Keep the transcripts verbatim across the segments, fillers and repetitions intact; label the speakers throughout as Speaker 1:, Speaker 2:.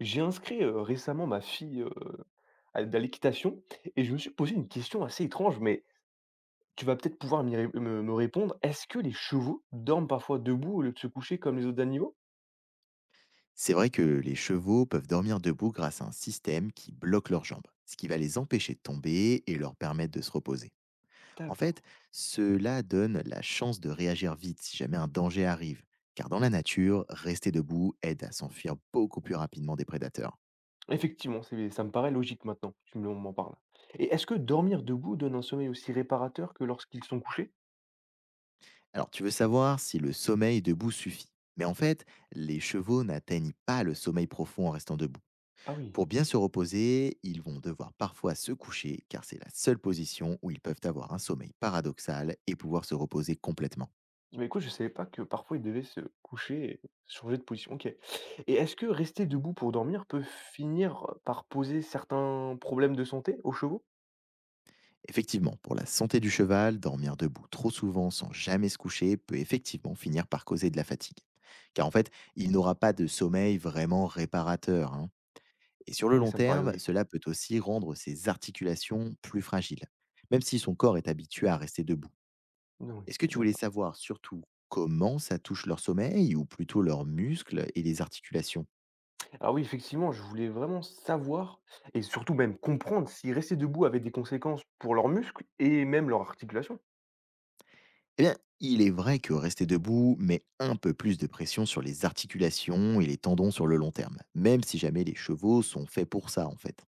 Speaker 1: J'ai inscrit, heu, récemment ma fille, heu, à de l'équitation et je me suis posé une question assez étrange, mais tu vas peut-être pouvoir m'y ré me me répondre. Est-ce que les chevaux dorment parfois debout au lieu de se coucher comme les autres animaux?
Speaker 2: C'est vrai que les chevaux peuvent dormir debout grâce à un système qui bloque leurs jambes, ce qui va les empêcher de tomber et leur permettre de se reposer. En
Speaker 1: D'accord.
Speaker 2: fait, cela donne la chance de réagir vite si jamais un danger arrive, car dans la nature, rester debout aide à s'enfuir beaucoup plus rapidement des prédateurs.
Speaker 1: Effectivement, c'est ça me paraît logique maintenant tu me m'en parles. Et est-ce que dormir debout donne un sommeil aussi réparateur que lorsqu'ils sont couchés?
Speaker 2: Alors, tu veux savoir si le sommeil debout suffit. Mais en fait, les chevaux n'atteignent pas le sommeil profond en restant debout.
Speaker 1: Ah oui.
Speaker 2: Pour bien se reposer, ils vont devoir parfois se coucher, car c'est la seule position où ils peuvent avoir un sommeil paradoxal et pouvoir se reposer complètement.
Speaker 1: Bah, écoute, je savais pas que parfois ils devaient se coucher et changer de position. OK. Et est-ce que rester debout pour dormir peut finir par poser certains problèmes de santé aux chevaux?
Speaker 2: Effectivement, pour la santé du cheval, dormir debout trop souvent sans jamais se coucher peut effectivement finir par causer de la fatigue. Car en fait, il n'aura pas de sommeil vraiment réparateur, hein. Et sur le
Speaker 1: Oui,
Speaker 2: long
Speaker 1: ça me paraît
Speaker 2: terme,
Speaker 1: logique.
Speaker 2: cela peut aussi rendre ses articulations plus fragiles. Même si son corps est habitué à rester debout.
Speaker 1: Non, oui,
Speaker 2: Est-ce que
Speaker 1: oui,
Speaker 2: tu voulais
Speaker 1: d'accord.
Speaker 2: savoir surtout comment ça touche leur sommeil, ou plutôt leurs muscles et les articulations?
Speaker 1: Alors oui, effectivement, je voulais vraiment savoir et surtout même comprendre si rester debout avait des conséquences pour leurs muscles et même leur articulation.
Speaker 2: Eh bien, il est vrai que rester debout met un peu plus de pression sur les articulations et les tendons sur le long terme, même si jamais les chevaux sont faits pour ça en fait.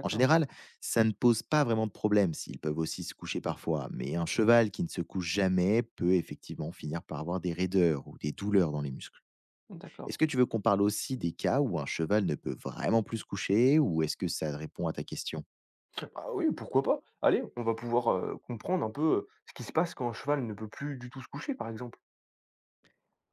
Speaker 2: En général, ça ne pose pas vraiment de problème s'ils peuvent aussi se coucher parfois, mais un cheval qui ne se couche jamais peut effectivement finir par avoir des raideurs ou des douleurs dans les muscles. Est-ce
Speaker 1: d'accord.
Speaker 2: que tu veux qu'on parle aussi des cas où un cheval ne peut vraiment plus se coucher, ou est-ce que ça répond à ta question?
Speaker 1: Ah oui, pourquoi pas? Allez, on va pouvoir euh, comprendre un peu euh, ce qui se passe quand un cheval ne peut plus du tout se coucher, par exemple.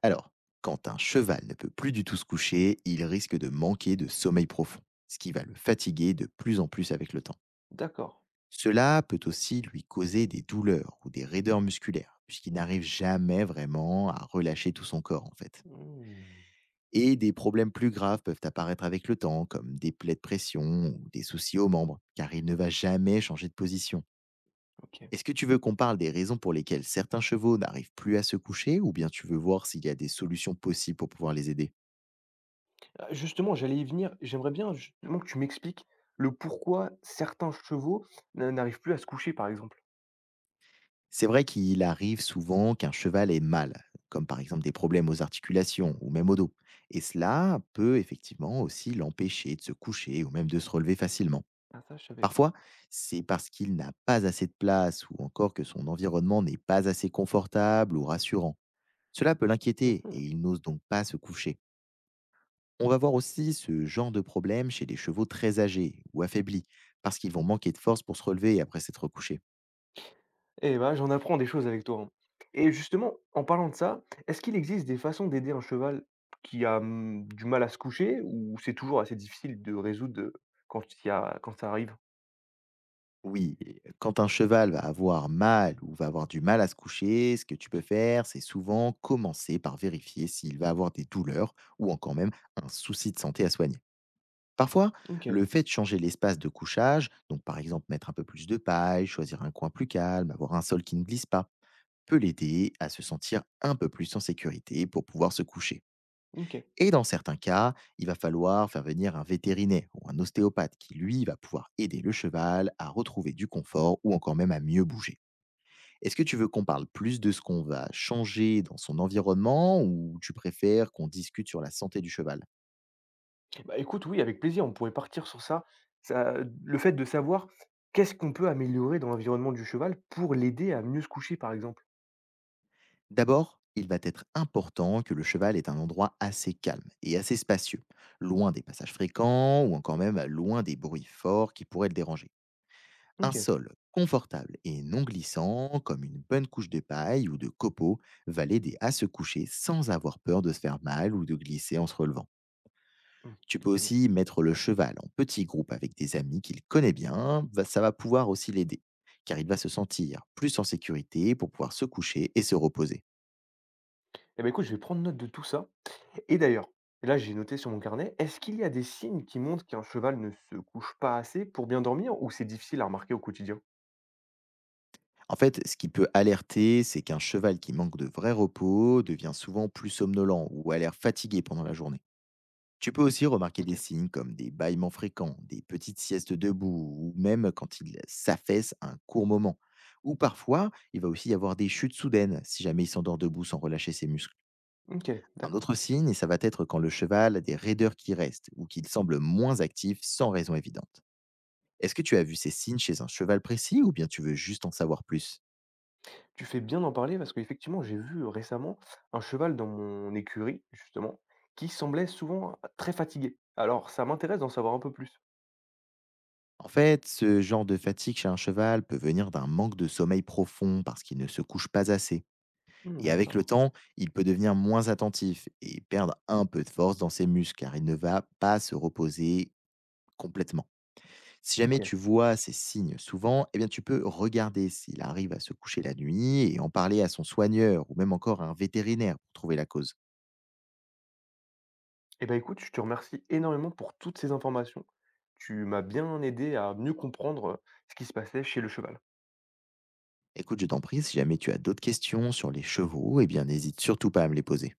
Speaker 2: Alors, quand un cheval ne peut plus du tout se coucher, il risque de manquer de sommeil profond, ce qui va le fatiguer de plus en plus avec le temps.
Speaker 1: D'accord.
Speaker 2: Cela peut aussi lui causer des douleurs ou des raideurs musculaires, puisqu'il n'arrive jamais vraiment à relâcher tout son corps en fait.
Speaker 1: Hmm,
Speaker 2: Et des problèmes plus graves peuvent apparaître avec le temps, comme des plaies de pression ou des soucis aux membres, car il ne va jamais changer de position.
Speaker 1: ok.
Speaker 2: Est-ce que tu veux qu'on parle des raisons pour lesquelles certains chevaux n'arrivent plus à se coucher, ou bien tu veux voir s'il y a des solutions possibles pour pouvoir les aider?
Speaker 1: Ah, justement, j'allais y venir. J'aimerais bien justement que tu m'expliques le pourquoi certains chevaux n- n'arrivent plus à se coucher, par exemple.
Speaker 2: C'est vrai qu'il arrive souvent qu'un cheval ait mal, comme par exemple des problèmes aux articulations ou même au dos. Et cela peut effectivement aussi l'empêcher de se coucher ou même de se relever facilement.
Speaker 1: Ah, ça, je savais pas.
Speaker 2: Parfois, c'est parce qu'il n'a pas assez de place, ou encore que son environnement n'est pas assez confortable ou rassurant. Cela peut l'inquiéter et
Speaker 1: Mhm.
Speaker 2: il n'ose donc pas se coucher. On va voir aussi ce genre de problème chez des chevaux très âgés ou affaiblis, parce qu'ils vont manquer de force pour se relever après s'être couchés.
Speaker 1: Eh ben j'en apprends des choses avec toi, hein. Et justement, en parlant de ça, est-ce qu'il existe des façons d'aider un cheval qui a, mmh, du mal à se coucher ou c'est toujours assez difficile de résoudre, heu, quand il y a quand ça arrive?
Speaker 2: Oui, et quand un cheval va avoir mal ou va avoir du mal à se coucher, ce que tu peux faire, c'est souvent commencer par vérifier s'il va avoir des douleurs ou encore même un souci de santé à soigner. Parfois,
Speaker 1: OK,
Speaker 2: le fait de changer l'espace de couchage, donc par exemple mettre un peu plus de paille, choisir un coin plus calme, avoir un sol qui ne glisse pas, peut l'aider à se sentir un peu plus en sécurité pour pouvoir se coucher.
Speaker 1: OK.
Speaker 2: Et dans certains cas, il va falloir faire venir un vétérinaire ou un ostéopathe qui, lui, va pouvoir aider le cheval à retrouver du confort ou encore même à mieux bouger. Est-ce que tu veux qu'on parle plus de ce qu'on va changer dans son environnement, ou tu préfères qu'on discute sur la santé du cheval?
Speaker 1: Bah, écoute, oui, avec plaisir, on pourrait partir sur ça. Ça, le fait de savoir qu'est-ce qu'on peut améliorer dans l'environnement du cheval pour l'aider à mieux se coucher, par exemple.
Speaker 2: D'abord, il va être important que le cheval ait un endroit assez calme et assez spacieux, loin des passages fréquents ou encore même loin des bruits forts qui pourraient le déranger. Un
Speaker 1: OK.
Speaker 2: sol confortable et non glissant, comme une bonne couche de paille ou de copeaux, va l'aider à se coucher sans avoir peur de se faire mal ou de glisser en se relevant.
Speaker 1: Mmh,
Speaker 2: Tu peux
Speaker 1: effectivement.
Speaker 2: aussi mettre le cheval en petit groupe avec des amis qu'il connaît bien, va- ça va pouvoir aussi l'aider, car il va se sentir plus en sécurité pour pouvoir se coucher et se reposer.
Speaker 1: Et ben écoute, je vais prendre note de tout ça. Et d'ailleurs, et là j'ai noté sur mon carnet, est-ce qu'il y a des signes qui montrent qu'un cheval ne se couche pas assez pour bien dormir ou c'est difficile à remarquer au quotidien?
Speaker 2: En fait, ce qui peut alerter, c'est qu'un cheval qui manque de vrai repos devient souvent plus somnolent ou a l'air fatigué pendant la journée. Tu peux aussi remarquer des
Speaker 1: OK.
Speaker 2: signes comme des bâillements fréquents, des petites siestes debout, ou même quand il s'affaisse un court moment. Ou parfois, il va aussi y avoir des chutes soudaines, si jamais il s'endort debout sans relâcher ses muscles.
Speaker 1: OK,
Speaker 2: Un
Speaker 1: d'accord.
Speaker 2: autre signe, et ça va être quand le cheval a des raideurs qui restent, ou qu'il semble moins actif sans raison évidente. Est-ce que tu as vu ces signes chez un cheval précis, ou bien tu veux juste en savoir plus?
Speaker 1: Tu fais bien d'en parler parce qu'effectivement, j'ai vu euh, récemment un cheval dans mon écurie, justement, qui semblait souvent euh, très fatigué. Alors, ça m'intéresse d'en savoir un peu plus.
Speaker 2: En fait, ce genre de fatigue chez un cheval peut venir d'un manque de sommeil profond, parce qu'il ne se couche pas assez.
Speaker 1: Hmm,
Speaker 2: Et avec le
Speaker 1: d'accord.
Speaker 2: temps, il peut devenir moins attentif et perdre un peu de force dans ses muscles, car il ne va pas se reposer complètement. Si jamais
Speaker 1: OK.
Speaker 2: tu vois ces signes souvent, eh bien tu peux regarder s'il arrive à se coucher la nuit et en parler à son soigneur ou même encore à un vétérinaire pour trouver la cause.
Speaker 1: Eh ben écoute, je te remercie énormément pour toutes ces informations. Tu m'as bien aidé à mieux comprendre euh, ce qui se passait chez le cheval.
Speaker 2: Écoute, je t'en prie, si jamais tu as d'autres questions sur les chevaux, eh bien n'hésite surtout pas à me les poser.